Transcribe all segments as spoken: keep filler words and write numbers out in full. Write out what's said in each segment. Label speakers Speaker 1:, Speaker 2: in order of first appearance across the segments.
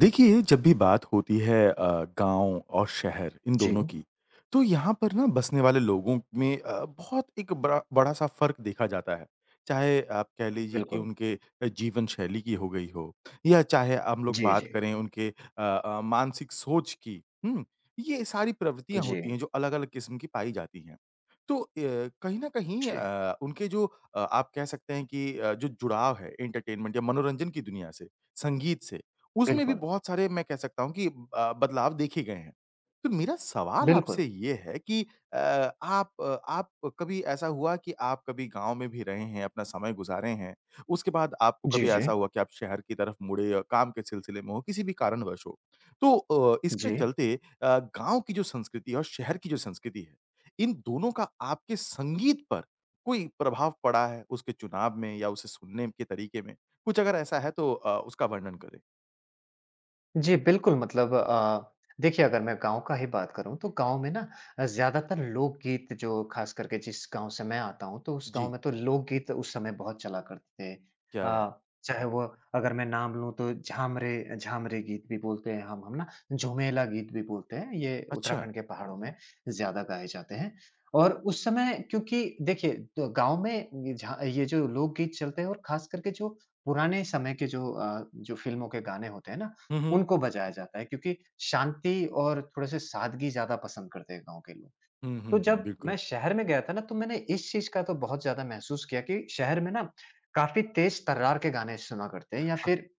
Speaker 1: देखिए, जब भी बात होती है अ, गाँव और शहर इन
Speaker 2: जी,
Speaker 1: दोनों की, तो यहाँ पर ना बसने वाले लोगों में अ, बहुत एक बड़ा बड़ा-सा फ़र्क देखा जाता है। चाहे आप कह लीजिए कि
Speaker 2: बिल्कुल।
Speaker 1: उनके अ, जीवन शैली की हो गई हो या चाहे हम लोग
Speaker 2: जी,
Speaker 1: बात
Speaker 2: जी।
Speaker 1: करें उनके अ अ, मानसिक सोच की, हुँ? ये सारी प्रवृत्तियाँ
Speaker 2: जी,
Speaker 1: होती हैं जो अलग-अलग किस्म की पाई जाती हैं। तो अ, कहीं न कहीं
Speaker 2: जी।
Speaker 1: अ, उनके जो अ, आप कह सकते हैं कि अ, जो जुड़ाव है एंटरटेनमेंट या मनोरंजन की दुनिया से, संगीत से उसमें भी
Speaker 2: बिल्कुल,
Speaker 1: बहुत सारे मैं कह सकता हूँ कि अ, बदलाव देखे गए हैं। तो मेरा सवाल
Speaker 2: बिल्कुल।
Speaker 1: आपसे ये है कि अ, आप अ, आप कभी ऐसा हुआ कि आप कभी गाँव में भी रहे हैं, अपना समय गुज़ारे हैं, उसके बाद आपको
Speaker 2: जी,
Speaker 1: कभी
Speaker 2: जी।
Speaker 1: ऐसा हुआ कि आप शहर की तरफ मुड़े या काम के सिलसिले में हो, किसी भी कारणवश हो। तो अ, इसके
Speaker 2: जी।
Speaker 1: चलते अ, गाँव की जो संस्कृति है और शहर की जो संस्कृति है, इन दोनों का आपके संगीत पर कोई प्रभाव पड़ा है उसके चुनाव में या उसे सुनने के तरीके में? कुछ अगर ऐसा है तो अ, उसका वर्णन करें।
Speaker 2: जी, बिल्कुल मतलब अ, देखिए अगर मैं गाँव का ही बात करूँ तो गाँव में ना अ, ज़्यादातर लोकगीत जो ख़ास करके जिस गाँव से मैं आता हूँ तो उस गाँव
Speaker 1: जी,
Speaker 2: में तो लोकगीत उस समय बहुत चला करते थे।
Speaker 1: क्या बात!
Speaker 2: अ, चाहे वो अगर मैं नाम लूँ तो झामरे झामरे गीत भी बोलते हैं हम हम ना, झुमेला गीत भी बोलते हैं, ये
Speaker 1: अच्छा।
Speaker 2: उत्तराखंड के पहाड़ों में ज़्यादा गाए जाते हैं। और उस समय क्योंकि देखिए तो गाँव में ये झा ये जो लोकगीत चलते हैं और ख़ास करके जो पुराने समय के जो अ, जो फ़िल्मों के गाने होते हैं ना,
Speaker 1: हुँ, हुँ।
Speaker 2: उनको बजाया जाता है क्योंकि शांति और थोड़े-से सादगी ज़्यादा पसंद करते हैं गाँव के लोग।
Speaker 1: हुँ, हुँ,
Speaker 2: तो
Speaker 1: हुँ,
Speaker 2: जब मैं
Speaker 1: बिल्कुल।
Speaker 2: शहर में गया था ना, तो मैंने इस चीज़ का तो बहुत ज़्यादा महसूस किया कि शहर में ना काफ़ी तेज़ तर्रार के गाने सुना करते हैं या फिर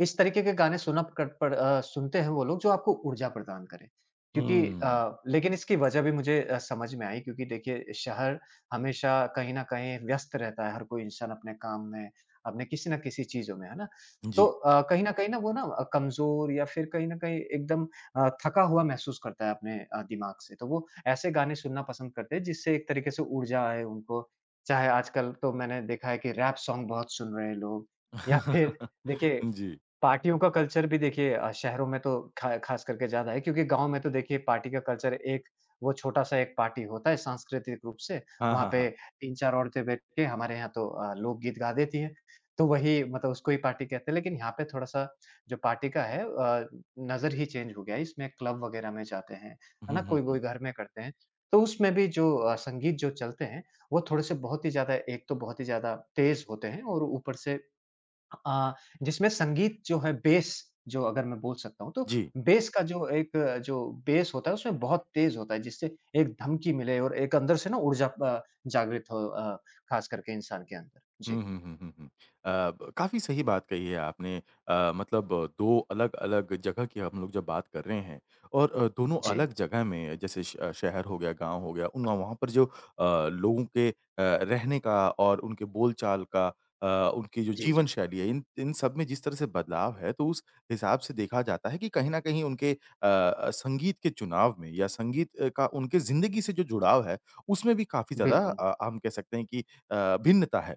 Speaker 2: इस तरीके के गाने सुना कर पड़ अ, सुनते हैं वो लोग जो आपको ऊर्जा प्रदान करें। क्योंकि
Speaker 1: हुँ,
Speaker 2: अ, लेकिन इसकी वजह भी मुझे अ, समझ में आई क्योंकि देखिए शहर हमेशा कहीं न कहीं व्यस्त रहता है, हर कोई इंसान अपने काम में, अपने किसी न किसी चीज़ों में, है ना? तो
Speaker 1: जी।
Speaker 2: अ, कहीं न कहीं ना वो ना अ, कमज़ोर या फिर कहीं न कहीं एकदम अ, थका हुआ महसूस करता है अपने अ, दिमाग से। तो वो ऐसे गाने सुनना पसंद करते हैं जिससे एक तरीके से ऊर्जा आए उनको। चाहे आजकल तो मैंने देखा है कि रैप सॉन्ग बहुत सुन रहे हैं लोग या फिर देखिए
Speaker 1: जी।
Speaker 2: पार्टियों का कल्चर भी देखिए अ, शहरों में तो खा खास करके ज़्यादा है क्योंकि गाँव में तो देखिए पार्टी का कल्चर एक वो छोटा-सा एक पार्टी होता है सांस्कृतिक रूप से,
Speaker 1: हाँ,
Speaker 2: वहाँ
Speaker 1: हाँ,
Speaker 2: पे
Speaker 1: हाँ।
Speaker 2: तीन चार औरतें बैठ के हमारे यहाँ तो अ, लोकगीत गा देती हैं, तो वही मतलब उसको ही पार्टी कहते हैं। लेकिन यहाँ पे थोड़ा-सा जो पार्टी का है अ, नज़र ही चेंज हो गया है, इसमें क्लब वगैरह में जाते हैं, है
Speaker 1: हुँ,
Speaker 2: ना?
Speaker 1: हुँ, हुँ।
Speaker 2: कोई-कोई घर में करते हैं, तो उसमें भी जो अ, संगीत जो चलते हैं, वो थोड़े-से बहुत ही ज़्यादा एक तो बहुत ही ज़्यादा तेज़ होते हैं और ऊपर से अ, जिसमें संगीत जो है बेस जो अगर मैं बोल सकता हूँ, तो
Speaker 1: जी।
Speaker 2: बेस का जो एक अ, जो बेस होता है उसमें बहुत तेज़ होता है जिससे एक धमकी मिले और एक अंदर से ना ऊर्जा अ, जागृत हो अ, ख़ास करके इंसान के अंदर। जी।
Speaker 1: हुँ, हुँ, हुँ, हुँ, हुँ। अ, ब काफ़ी सही बात कही है आपने अ, मतलब दो अलग-अलग जगह की हम लोग जब बात कर रहे हैं और अ, दोनों
Speaker 2: जी।
Speaker 1: अलग जगह में जैसे श अ, शहर हो गया, गाँव हो गया, उन वहाँ पर जो अ, लोगों के अ, रहने का और उनके बोलचाल का अ, उनकी जो
Speaker 2: जी,
Speaker 1: जीवन
Speaker 2: जी।
Speaker 1: शैली है, इन इन सब में जिस तरह से बदलाव है, तो उस हिसाब से देखा जाता है कि कहीं न कहीं उनके अ अ, संगीत के चुनाव में या संगीत अ, का उनके ज़िंदगी से जो जुड़ाव है, उसमें भी काफ़ी ज़्यादा
Speaker 2: बिल्कुल।
Speaker 1: अ, हम कह सकते हैं कि अ, भिन्नता है।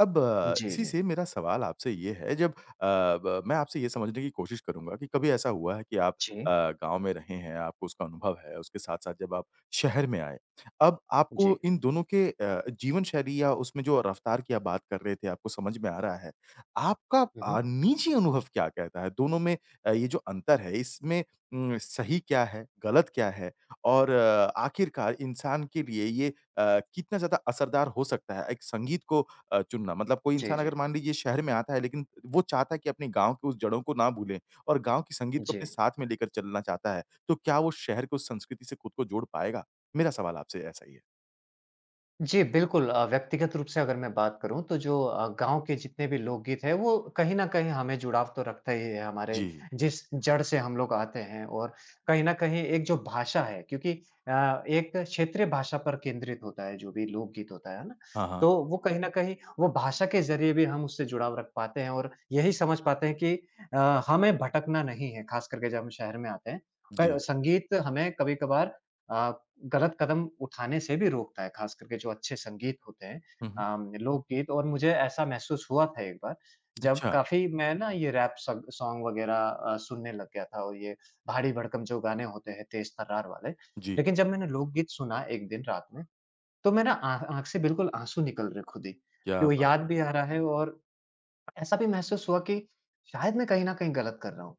Speaker 1: अब अ,
Speaker 2: जी,
Speaker 1: इसी
Speaker 2: जी।
Speaker 1: से मेरा सवाल आपसे ये है जब अ, ब मैं आपसे ये समझने की कोशिश करूँगा कि कभी ऐसा हुआ है कि आप अ,
Speaker 2: जी।
Speaker 1: गाँव में रहे हैं, आपको उसका अनुभव है, उसके साथ-साथ जब आप शहर में आए, अब आपको
Speaker 2: जी।
Speaker 1: इन दोनों के अ, जीवन शैली या उसमें जो रफ़्तार की आप बात कर रहे थे, आपको समझ में आ रहा है। आपका
Speaker 2: हुँ,
Speaker 1: अ,
Speaker 2: हुँ।
Speaker 1: निजी अनुभव क्या कहता है? दोनों में अ, ये जो अंतर है, इसमें उम, सही क्या है, गलत क्या है? और अ, आखिरकार इंसान के लिए ये अ, कितना ज़्यादा असरदार हो सकता है? एक संगीत को अ, चुनना। मतलब कोई
Speaker 2: जी,
Speaker 1: इंसान
Speaker 2: जी।
Speaker 1: अगर मान लीजिए शहर में आता है लेकिन वो चाहता है कि अपने गाँव की उस जड़ों को ना भूलें और गाँव के संगीत को अपने
Speaker 2: जी।
Speaker 1: साथ में लेकर चलना चाहता है, तो क्या वो शहर की उस संस्कृति से खुद को जोड़ पाएगा? मेरा सवाल आपसे ऐसा ही है।
Speaker 2: जी, बिल्कुल अ, व्यक्तिगत रूप से अगर मैं बात करूँ तो जो अ, गाँव के जितने भी लोकगीत हैं वो कहीं न कहीं हमें जुड़ाव तो रखता ही है हमारे
Speaker 1: जी।
Speaker 2: जिस जड़ से हम लोग आते हैं और कहीं न कहीं एक जो भाषा है क्योंकि अ, एक क्षेत्रीय भाषा पर केंद्रित होता है जो भी लोकगीत होता है, है ना?
Speaker 1: हाँ, हाँ।
Speaker 2: तो वो कहीं न कहीं वो भाषा के ज़रिए भी हम उससे जुड़ाव रख पाते हैं और यही समझ पाते हैं कि अ, हमें भटकना नहीं है, ख़ास करके जब हम शहर में आते हैं। क
Speaker 1: जी।
Speaker 2: संगीत हमें कभी-कभार अ, गलत कदम उठाने से भी रोकता है, खास करके जो अच्छे संगीत होते हैं
Speaker 1: हुँ, हुँ।
Speaker 2: अम, लोकगीत और मुझे ऐसा महसूस हुआ था एक बार, जब
Speaker 1: अच्छा,
Speaker 2: काफ़ी मैं ना ये रैप सॉन्ग सॉन्ग वगैरह अ, सुनने लग गया था और ये भाड़ी-भड़कम जो गाने होते हैं, तेज़-तर्रार वाले।
Speaker 1: जी,
Speaker 2: लेकिन जब मैंने लोकगीत सुना एक दिन रात में, तो मैं ना आँख आँख से बिल्कुल आँसू निकल रहे खुद ही, कि
Speaker 1: क्या
Speaker 2: वो
Speaker 1: बात
Speaker 2: याद
Speaker 1: है।
Speaker 2: भी आ रहा है और ऐसा भी महसूस हुआ कि शायद मैं कहीं न कहीं गलत कर रहा हूँ।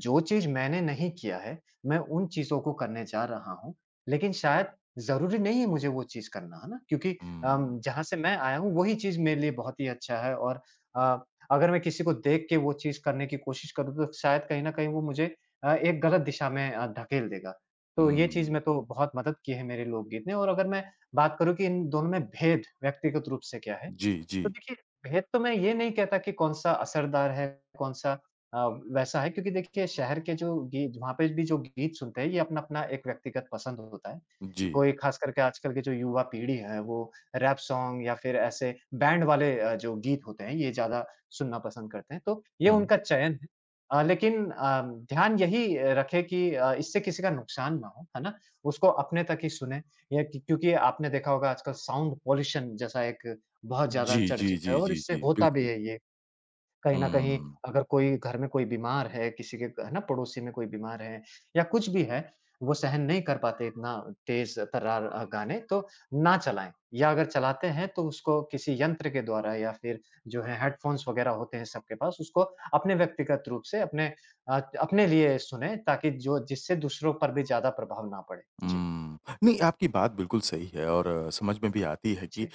Speaker 2: जो चीज़ मैंने नहीं किया है, मैं उन चीज़ों को करने जा रहा हूँ, लेकिन शायद ज़रूरी नहीं है मुझे वो चीज़ करना, है ना? क्योंकि
Speaker 1: हुँ,
Speaker 2: अम, जहाँ से मैं आया हूँ वही चीज़ मेरे लिए बहुत ही अच्छा है और अ, अगर मैं किसी को देख के वो चीज़ करने की कोशिश करूँ तो शायद कहीं न कहीं वो मुझे अ, एक गलत दिशा में अ, धकेल देगा। तो ये
Speaker 1: हुँ।
Speaker 2: चीज़ में तो बहुत मदद की है मेरे लोकगीत ने और अगर मैं बात करूँ कि इन दोनों में भेद व्यक्तिगत रूप से क्या है,
Speaker 1: जी, जी,
Speaker 2: तो देखिए, भेद तो मैं ये नहीं कहता कि कौन-सा असरदार है, कौन-सा अ, वैसा है क्योंकि देखिए शहर के जो गीत वहाँ पे भी जो गीत सुनते हैं, ये अपना-अपना एक व्यक्तिगत पसंद होता है।
Speaker 1: जी।
Speaker 2: कोई ख़ास करके आजकल के जो युवा पीढ़ी है, वो रैप सॉन्ग या फिर ऐसे बैंड वाले अ, जो गीत होते हैं, ये ज़्यादा सुनना पसंद करते हैं, तो ये
Speaker 1: हुँ।
Speaker 2: उनका चयन है। अ, लेकिन अ, ध्यान यही रखें कि अ, इससे किसी का नुकसान ना हो, है ना? उसको अपने तक ही सुनें या कि- क्योंकि आपने देखा होगा आजकल साउंड पॉल्यूशन जैसा एक बहुत
Speaker 1: जी,
Speaker 2: ज़्यादा
Speaker 1: जी,
Speaker 2: चर्चित
Speaker 1: जी,
Speaker 2: है और
Speaker 1: जी,
Speaker 2: इससे
Speaker 1: जी,
Speaker 2: होता भी
Speaker 1: बिल्कुल।
Speaker 2: है ये। कहीं न कहीं
Speaker 1: हुँ।
Speaker 2: अगर कोई घर में कोई बीमार है, किसी के है ना पड़ोसी में कोई बीमार है या कुछ भी है, वो सहन नहीं कर पाते इतना तेज़ तर्रार अ, गाने तो ना चलाएँ या अगर चलाते हैं तो उसको किसी यंत्र के द्वारा या फिर जो है हेडफ़ोन्स वग़ैरह होते हैं सबके पास, उसको अपने व्यक्तिगत रूप से अपने अ, अपने लिए सुनें ताकि जो जिससे दूसरों पर भी ज़्यादा प्रभाव ना पड़े। जी,
Speaker 1: हुँ। नहीं, आपकी बात बिल्कुल सही है और अ, समझ में भी आती है कि अ,
Speaker 2: जी।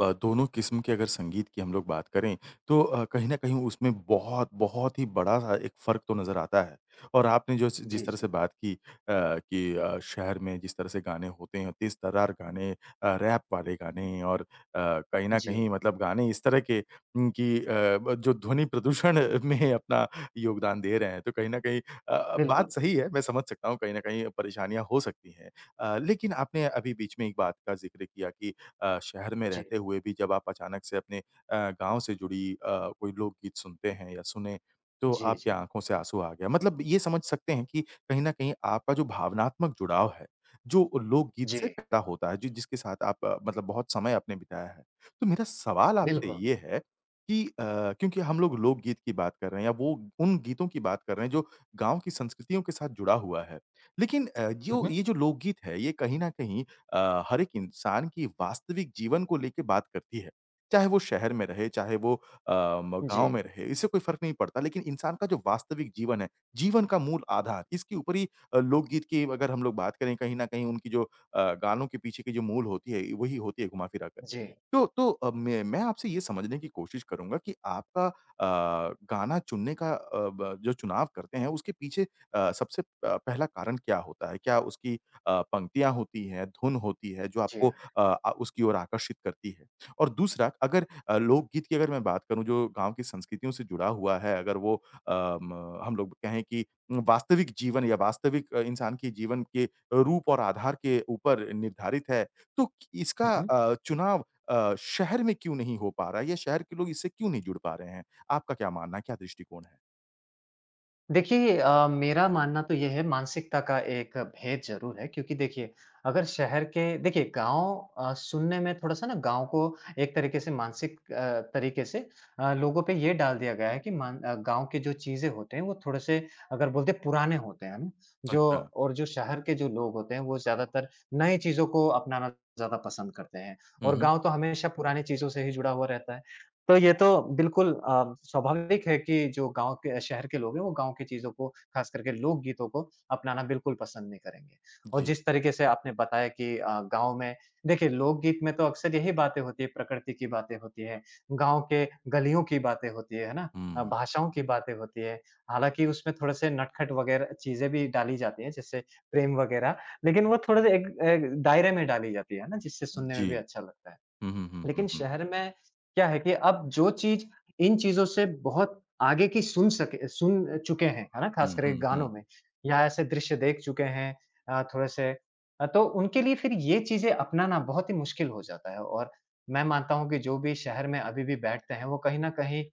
Speaker 1: ब दोनों किस्म के अगर संगीत की हम लोग बात करें, तो अ, कहीं न कहीं उसमें बहुत, बहुत ही बड़ा-सा एक फ़र्क तो नज़र आता है। और आपने जो स जिस
Speaker 2: जी,
Speaker 1: तरह से
Speaker 2: जी।
Speaker 1: बात की अ, कि अ, शहर में जिस तरह से गाने होते हैं, तेज़-तर्रार गाने अ, रैप वाले गाने और अ, कहीं न
Speaker 2: जी,
Speaker 1: कहीं मतलब गाने इस तरह के उम, कि अ, ब जो ध्वनि प्रदूषण में अपना योगदान दे रहे हैं, तो कहीं न कहीं अ, बात
Speaker 2: बिल्कुल।
Speaker 1: सही है, मैं समझ सकता हूँ कहीं न कहीं परेशानियाँ हो सकती हैं। अ, लेकिन आपने अभी बीच में एक बात का ज़िक्र किया कि अ, शहर में
Speaker 2: जी,
Speaker 1: रहते हुए भी जब आप अचानक से अपने अ, गाँव से जुड़ी अ, कोई लोकगीत सुनते हैं या सुने, तो
Speaker 2: जी,
Speaker 1: आपकी
Speaker 2: जी।
Speaker 1: आँखों से आँसू आ गया। मतलब ये समझ सकते हैं कि कहीं न कहीं आपका जो भावनात्मक जुड़ाव है, जो लोकगीत से
Speaker 2: जी,
Speaker 1: पैदा होता है, जो जिसके साथ आप अ, मतलब बहुत समय आपने बिताया है। तो मेरा सवाल आपसे
Speaker 2: बिल्कुल।
Speaker 1: ये है कि अ, क्योंकि हम लोग लोकगीत की बात कर रहे हैं या वो उन गीतों की बात कर रहे हैं जो गाँव की संस्कृतियों के साथ जुड़ा हुआ है। लेकिन अ,
Speaker 2: हुँ,
Speaker 1: जो
Speaker 2: हुँ।
Speaker 1: ये जो लोकगीत है, ये कहीं न कहीं अ, हर एक इंसान की वास्तविक जीवन को लेके बात करती है। चाहे वो शहर में रहे, चाहे वो अ, म
Speaker 2: जी,
Speaker 1: गाँव में रहे, इससे कोई फ़र्क नहीं पड़ता। लेकिन इंसान का जो वास्तविक जीवन है, जीवन का मूल आधार, इसके ऊपर ही अ, लोकगीत की अगर हम लोग बात करें, कहीं न कहीं उनकी जो अ, गानों के पीछे की जो मूल होती है, वही होती है घुमा-फिरा कर।
Speaker 2: जी,
Speaker 1: तो तो अ, मैं मैं आपसे ये समझने की कोशिश करूँगा कि आपका अ, गाना चुनने का अ, ब जो चुनाव करते हैं उसके पीछे अ, सबसे अ, पहला कारण क्या होता है? क्या उसकी अ, पंक्तियाँ होती हैं, धुन होती है जो आपको
Speaker 2: जी।
Speaker 1: अ अ, उसकी ओर आकर्षित करती है? और दूसरा अगर अ, लोकगीत की अगर मैं बात करूँ जो गाँव की संस्कृतियों से जुड़ा हुआ है अगर वो अ, म हम लोग कहें कि वास्तविक जीवन या वास्तविक अ, इंसान के जीवन के रूप और आधार के ऊपर निर्धारित है, तो इसका
Speaker 2: हुँ, हुँ।
Speaker 1: अ, चुनाव अ, शहर में क्यों नहीं हो पा रहा है या शहर के लोग इससे क्यों नहीं जुड़ पा रहे हैं? आपका क्या मानना है, क्या दृष्टिकोण है?
Speaker 2: देखिए अ, मेरा मानना तो ये है मानसिकता का एक भेद ज़रूर है क्योंकि देखिए अगर शहर के देखिए गाँव अ, सुनने में थोड़ा-सा ना गाँव को एक तरीके से मानसिक अ, तरीके से अ, लोगों पे ये डाल दिया गया है कि मान अ, गाँव के जो चीज़ें होते हैं वो थोड़े-से अगर बोलते हैं पुराने होते हैं, है ना? जो
Speaker 1: अच्छा।
Speaker 2: और जो शहर के जो लोग होते हैं वो ज़्यादातर नई चीज़ों को अपनाना ज़्यादा पसंद करते हैं
Speaker 1: हुँ,
Speaker 2: और
Speaker 1: हुँ।
Speaker 2: गाँव तो हमेशा पुरानी चीज़ों से ही जुड़ा हुआ रहता है। तो ये तो बिल्कुल अ, स्वाभाविक है कि जो गाँव के शहर के लोग हैं, वो गाँव की चीज़ों को ख़ास करके लोकगीतों को अपनाना बिल्कुल पसंद नहीं करेंगे। और
Speaker 1: जी।
Speaker 2: जिस तरीके से आपने बताया कि अ, गाँव में देखिए लोकगीत में तो अक्सर यही बातें होती हैं, प्रकृति की बातें होती हैं, गाँव के गलियों की बातें होती हैं, है ना? अ,
Speaker 1: हुँ।
Speaker 2: भाषाओं की बातें होती हैं। हालाँकि उसमें थोड़े-से नटखट वग़ैरह चीज़ें भी डाली जाती हैं, जैसे प्रेम वग़ैरह, लेकिन वो थोड़े-से एक एक दायरे में डाली जाती है ना, जिससे सुनने में
Speaker 1: जी।
Speaker 2: भी अच्छा लगता है।
Speaker 1: हुँ, हुँ, हुँ, हुँ,
Speaker 2: लेकिन
Speaker 1: हुँ।
Speaker 2: शहर में क्या है कि अब जो चीज़ इन चीज़ों से बहुत आगे की सुन सके सुन चुके हैं, है ना? ख़ास
Speaker 1: हुँ,
Speaker 2: करके
Speaker 1: हुँ, हुँ।
Speaker 2: गानों में या ऐसे दृश्य देख चुके हैं अ, थोड़े-से अ, तो उनके लिए फिर ये चीज़ें अपनाना बहुत ही मुश्किल हो जाता है और मैं मानता हूँ कि जो भी शहर में अभी भी बैठते हैं, वो कहीं न कहीं,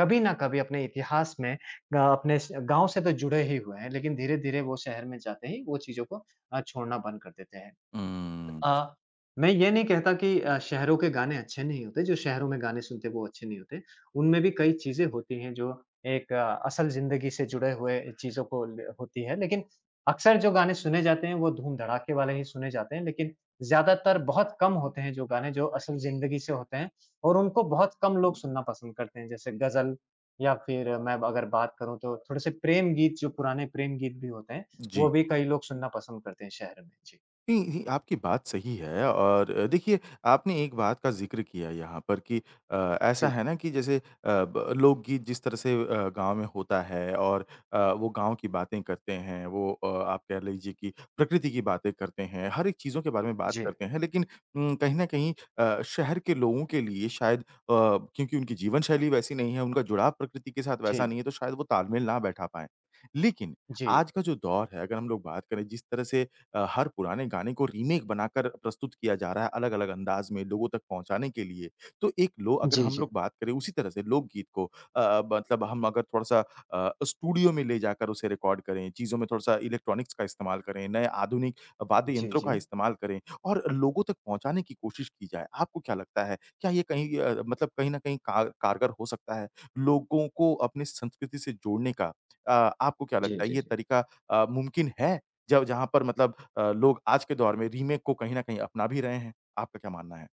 Speaker 2: कभी न कभी अपने इतिहास में अ, अपने स गाँव से तो जुड़े ही हुए हैं, लेकिन धीरे-धीरे वो शहर में जाते ही वो चीज़ों को अ, छोड़ना बंद कर देते हैं।
Speaker 1: हुँ।
Speaker 2: अ, मैं ये नहीं कहता कि अ, शहरों के गाने अच्छे नहीं होते, जो शहरों में गाने सुनते हैं वो अच्छे नहीं होते। उनमें भी कई चीज़ें होती हैं जो एक आ, असल ज़िंदगी से जुड़े हुए चीज़ों को ल होती है। लेकिन अक्सर जो गाने सुने जाते हैं वो धूम-धड़ाके वाले ही सुने जाते हैं, लेकिन ज़्यादातर बहुत कम होते हैं जो गाने जो असल ज़िंदगी से होते हैं और उनको बहुत कम लोग सुनना पसंद करते हैं। जैसे गज़ल या फिर मैं अगर बात करूँ तो थोड़े से प्रेम गीत जो पुराने प्रेम गीत भी होते हैं, वो भी कई लोग सुनना पसंद करते हैं शहर में। जी।
Speaker 1: नहीं, नहीं, आपकी बात सही है और अ, देखिए आपने एक बात का ज़िक्र किया यहाँ पर कि अ, ऐसा
Speaker 2: जी।
Speaker 1: है ना कि जैसे अ, ब लोकगीत जिस तरह से अ, गाँव में होता है और अ, वो गाँव की बातें करते हैं, वो अ, आप कह लीजिए कि प्रकृति की बातें करते हैं, हर एक चीज़ों के बारे में बात
Speaker 2: जी।
Speaker 1: करते हैं। लेकिन उम, कहीं न कहीं अ, शहर के लोगों के लिए शायद अ, क्योंकि उनकी जीवन शैली वैसी नहीं है, उनका जुड़ाव प्रकृति के साथ वैसा
Speaker 2: जी,
Speaker 1: नहीं है, तो शायद वो तालमेल ना बैठा पाएँ। लेकिन
Speaker 2: जी।
Speaker 1: आज का जो दौर है, अगर हम लोग बात करें जिस तरह से अ, हर पुराने गाने को रीमेक बनाकर प्रस्तुत किया जा रहा है अलग-अलग अंदाज में लोगों तक पहुँचाने के लिए। तो एक लो अगर
Speaker 2: जी,
Speaker 1: हम
Speaker 2: जी।
Speaker 1: लोग बात करें उसी तरह से लोकगीत को अ, मतलब हम अगर थोड़ा-सा अ, स्टूडियो में ले जाकर उसे रिकॉर्ड करें, चीज़ों में थोड़ा-सा इलेक्ट्रॉनिक्स का इस्तेमाल करें, नए आधुनिक वाद्य
Speaker 2: जी,
Speaker 1: यंत्रों का
Speaker 2: जी।
Speaker 1: इस्तेमाल करें और लोगों तक पहुँचाने की कोशिश की जाए। आपको क्या लगता है? क्या ये कहीं अ, मतलब कहीं न कहीं कार कारगर हो सकता है लोगों को अपनी संस्कृति से जोड़ने का? अ, आपको क्या
Speaker 2: जी,
Speaker 1: लगता है
Speaker 2: जी,
Speaker 1: ये
Speaker 2: जी।
Speaker 1: तरीका अ, मुमकिन है? ज जहाँ पर मतलब अ, लोग आज के दौर में रीमेक को कहीं न कहीं अपना भी रहे हैं? आपका क्या मानना है?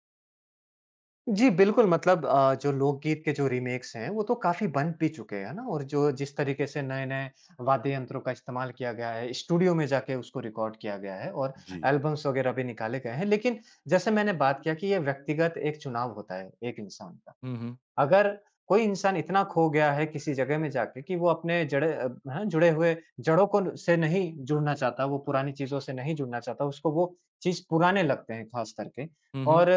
Speaker 2: जी, बिल्कुल मतलब अ, जो लोकगीत के जो रीमेक्स हैं, वो तो काफ़ी बन भी चुके हैं, है ना? और जो जिस तरीके से नए-नए वाद्य यंत्रों का इस्तेमाल किया गया है, स्टूडियो में जाके उसको रिकॉर्ड किया गया है और
Speaker 1: जी।
Speaker 2: एल्बम्स वगैरह भी निकाले गए हैं। लेकिन जैसे मैंने बात किया कि ये व्यक्तिगत एक चुनाव होता है, एक इंसान का,
Speaker 1: हुँ, हुँ।
Speaker 2: अगर कोई इंसान इतना खो गया है किसी जगह में जाके कि वो अपने जड़े अ, है ना, जुड़े हुए जड़ों को न से नहीं जुड़ना चाहता, वो पुरानी चीज़ों से नहीं जुड़ना चाहता, उसको वो चीज़ पुराने लगते हैं ख़ास करके।
Speaker 1: हुँ, हुँ।
Speaker 2: और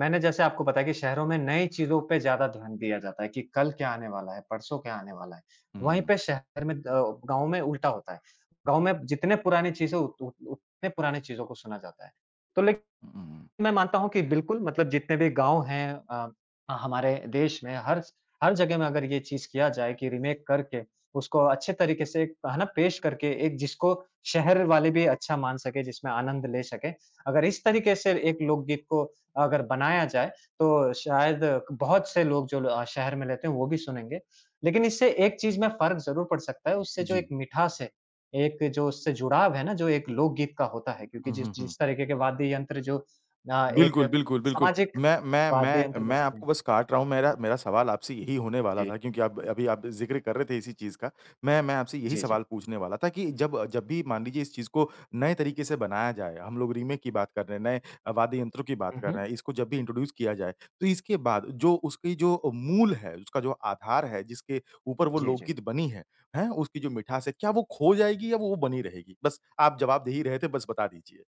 Speaker 2: मैंने जैसे आपको बताया कि शहरों में नई चीज़ों पे ज़्यादा ध्यान दिया जाता है कि कल क्या आने वाला है, परसों क्या आने वाला है।
Speaker 1: हुँ,
Speaker 2: वहीं
Speaker 1: हुँ,
Speaker 2: पे शहर में अ, गाँव में उल्टा होता है। गाँव में जितने पुरानी चीज़ें उत उत उतने पुरानी चीज़ों को सुना जाता है। तो लेकिन
Speaker 1: हुँ, हुँ।
Speaker 2: मैं मानता हूँ कि बिल्कुल मतलब जितने भी गाँव हैं अ, हमारे देश में हर हर जगह में अगर ये चीज़ किया जाए कि रीमेक करके उसको अच्छे तरीके से एक, है ना पेश करके एक जिसको शहर वाले भी अच्छा मान सके, जिसमें आनंद ले सके। अगर इस तरीके से एक लोकगीत को अगर बनाया जाए तो शायद बहुत से लोग जो अ, शहर में रहते हैं वो भी सुनेंगे। लेकिन इससे एक चीज़ में फ़र्क ज़रूर पड़ सकता है, उससे जो
Speaker 1: जी।
Speaker 2: एक मिठास है, एक जो उससे जुड़ाव है ना जो एक लोकगीत का होता है क्योंकि
Speaker 1: हुँ,
Speaker 2: जिस
Speaker 1: हुँ, हुँ।
Speaker 2: जिस तरीके के वाद्य यंत्र जो अ, एक
Speaker 1: बिल्कुल, बिल्कुल, बिल्कुल।
Speaker 2: सामाजिक
Speaker 1: मैं मैं
Speaker 2: वाद्य
Speaker 1: मैं
Speaker 2: यंत्र
Speaker 1: मैं
Speaker 2: बजते
Speaker 1: आपको
Speaker 2: हैं।
Speaker 1: बस काट रहा हूँ, मेरा मेरा सवाल आपसे यही होने वाला
Speaker 2: जी,
Speaker 1: था क्योंकि आप अभी आप ज़िक्र कर रहे थे इसी चीज़ का। मैं मैं आपसे यही
Speaker 2: जी,
Speaker 1: सवाल
Speaker 2: जी।
Speaker 1: पूछने वाला था कि जब जब भी मान लीजिए इस चीज़ को नए तरीके से बनाया जाए, हम लोग रीमेक की बात कर रहे हैं, नए वाद्य यंत्रों की बात
Speaker 2: हुँ,
Speaker 1: कर रहे
Speaker 2: हुँ।
Speaker 1: हैं, इसको जब भी इंट्रोड्यूस किया जाए, तो इसके बाद जो उसकी जो मूल है, उसका जो आधार है, जिसके ऊपर वो
Speaker 2: जी, जी।
Speaker 1: लोकगीत बनी है, हैं? उसकी जो मिठास है, क्या वो खो जाएगी या वो बनी रहेगी? बस आप जवाब दे ही रहे थे, बस बता दीजिए।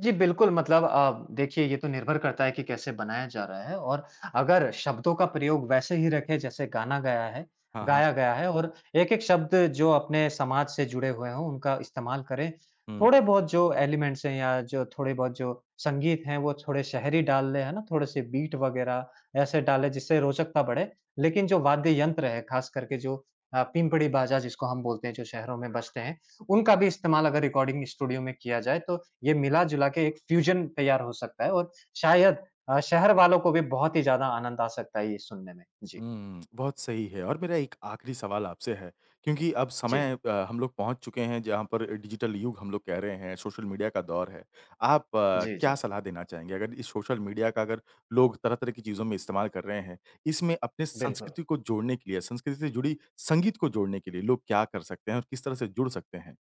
Speaker 2: जी, बिल्कुल मतलब अ, देखिए ये तो निर्भर करता है कि कैसे बनाया जा रहा है और अगर शब्दों का प्रयोग वैसे ही रखें जैसे गाना गया है
Speaker 1: हाँ, हाँ।
Speaker 2: गाया गया है और एक-एक शब्द जो अपने समाज से जुड़े हुए हों, उनका इस्तेमाल करें।
Speaker 1: हुँ।
Speaker 2: थोड़े बहुत जो एलिमेंट्स हैं या जो थोड़े बहुत जो संगीत हैं, वो थोड़े शहरी डाल लें, है ना? थोड़े-से बीट वगैरह ऐसे डालें जिससे रोचकता बढ़े। लेकिन जो वाद्य यंत्र है, ख़ास करके जो अ, पिंपड़ी बाजा जिसको हम बोलते हैं, जो शहरों में बजते हैं, उनका भी इस्तेमाल अगर रिकॉर्डिंग स्टूडियो में किया जाए, तो ये मिला-जुला के एक फ्यूजन तैयार हो सकता है और शायद अ, शहर वालों को भी बहुत ही ज़्यादा आनंद आ सकता है ये सुनने में। जी।
Speaker 1: हुँ, बहुत सही है और मेरा एक आखिरी सवाल आपसे है, क्योंकि अब
Speaker 2: जी।
Speaker 1: समय अ, हम लोग पहुँच चुके हैं जहाँ पर डिजिटल युग हम लोग कह रहे हैं, सोशल मीडिया का दौर है। आप अ,
Speaker 2: जी,
Speaker 1: क्या
Speaker 2: जी।
Speaker 1: सलाह देना चाहेंगे? अगर इस सोशल मीडिया का अगर लोग तरह-तरह की चीज़ों में इस्तेमाल कर रहे हैं, इसमें अपने
Speaker 2: बिल्कुल।
Speaker 1: संस्कृति को जोड़ने के लिए, संस्कृति से जुड़ी संगीत को जोड़ने के लिए लोग क्या कर सकते हैं और किस तरह से जुड़ सकते हैं?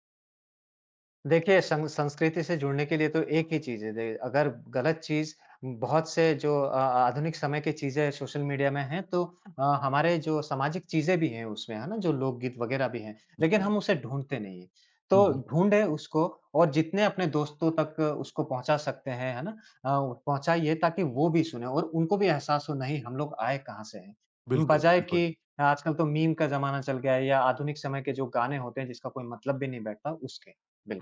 Speaker 2: देखिए, संग संस्कृति से जुड़ने के लिए तो एक ही चीज़ है दे अगर गलत चीज़ बहुत से जो अ, आधुनिक समय की चीज़ें सोशल मीडिया में हैं, तो अ, हमारे जो सामाजिक चीज़ें भी हैं उसमें, है ना? जो लोकगीत वगैरह भी हैं, लेकिन
Speaker 1: जी।
Speaker 2: हम उसे ढूँढते नहीं हैं।
Speaker 1: हुँ,
Speaker 2: तो
Speaker 1: हुँ।
Speaker 2: ढूँढे उसको और जितने अपने दोस्तों तक उसको पहुँचा सकते हैं, है ना? अ, पहुँचाइए ताकि वो भी सुनें और उनको भी एहसास हो, नहीं हम लोग आए कहाँ से हैं।
Speaker 1: बिल्कुल,
Speaker 2: बजाए
Speaker 1: बिल्कुल।
Speaker 2: कि आजकल तो मीम का ज़माना चल गया है या आधुनिक समय के जो गाने होते हैं, जिसका कोई मतलब भी नहीं बैठता, उसके।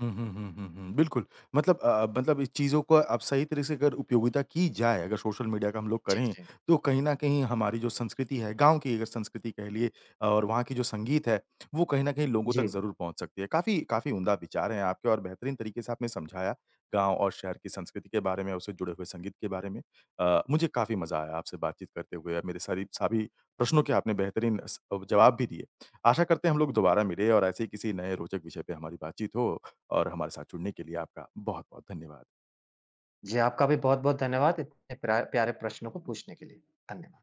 Speaker 1: हुँ, हुँ, हुँ, हुँ, हुँ। बिल्कुल, मतलब अ, मतलब इस चीज़ों को अब सही तरीके से अगर उपयोगिता की जाए, अगर सोशल मीडिया का हम लोग
Speaker 2: जी,
Speaker 1: करें,
Speaker 2: जी।
Speaker 1: तो कहीं न कहीं हमारी जो संस्कृति है, गाँव की अगर संस्कृति कह लिए और वहाँ की जो संगीत है, वो कहीं न कहीं लोगों तक
Speaker 2: जी,
Speaker 1: ज़रूर पहुँच सकती है। काफ़ी काफ़ी उम्दा विचार हैं आपके और बेहतरीन तरीके से आपने समझाया, गाँव और शहर की संस्कृति के बारे में, उससे जुड़े हुए संगीत के बारे में। अ, मुझे काफ़ी मज़ा आया आपसे बातचीत करते हुए और मेरे सारी सभी प्रश्नों के आपने बेहतरीन स जवाब भी दिए। आशा करते हैं हम लोग दोबारा मिलें और ऐसे ही किसी नए रोचक विषय पे हमारी बातचीत हो। और हमारे साथ जुड़ने के लिए आपका बहुत-बहुत धन्यवाद।
Speaker 2: जी, आपका भी बहुत-बहुत धन्यवाद इतने प्रा प्यारे प्रश्नों को पूछने के लिए। धन्यवाद।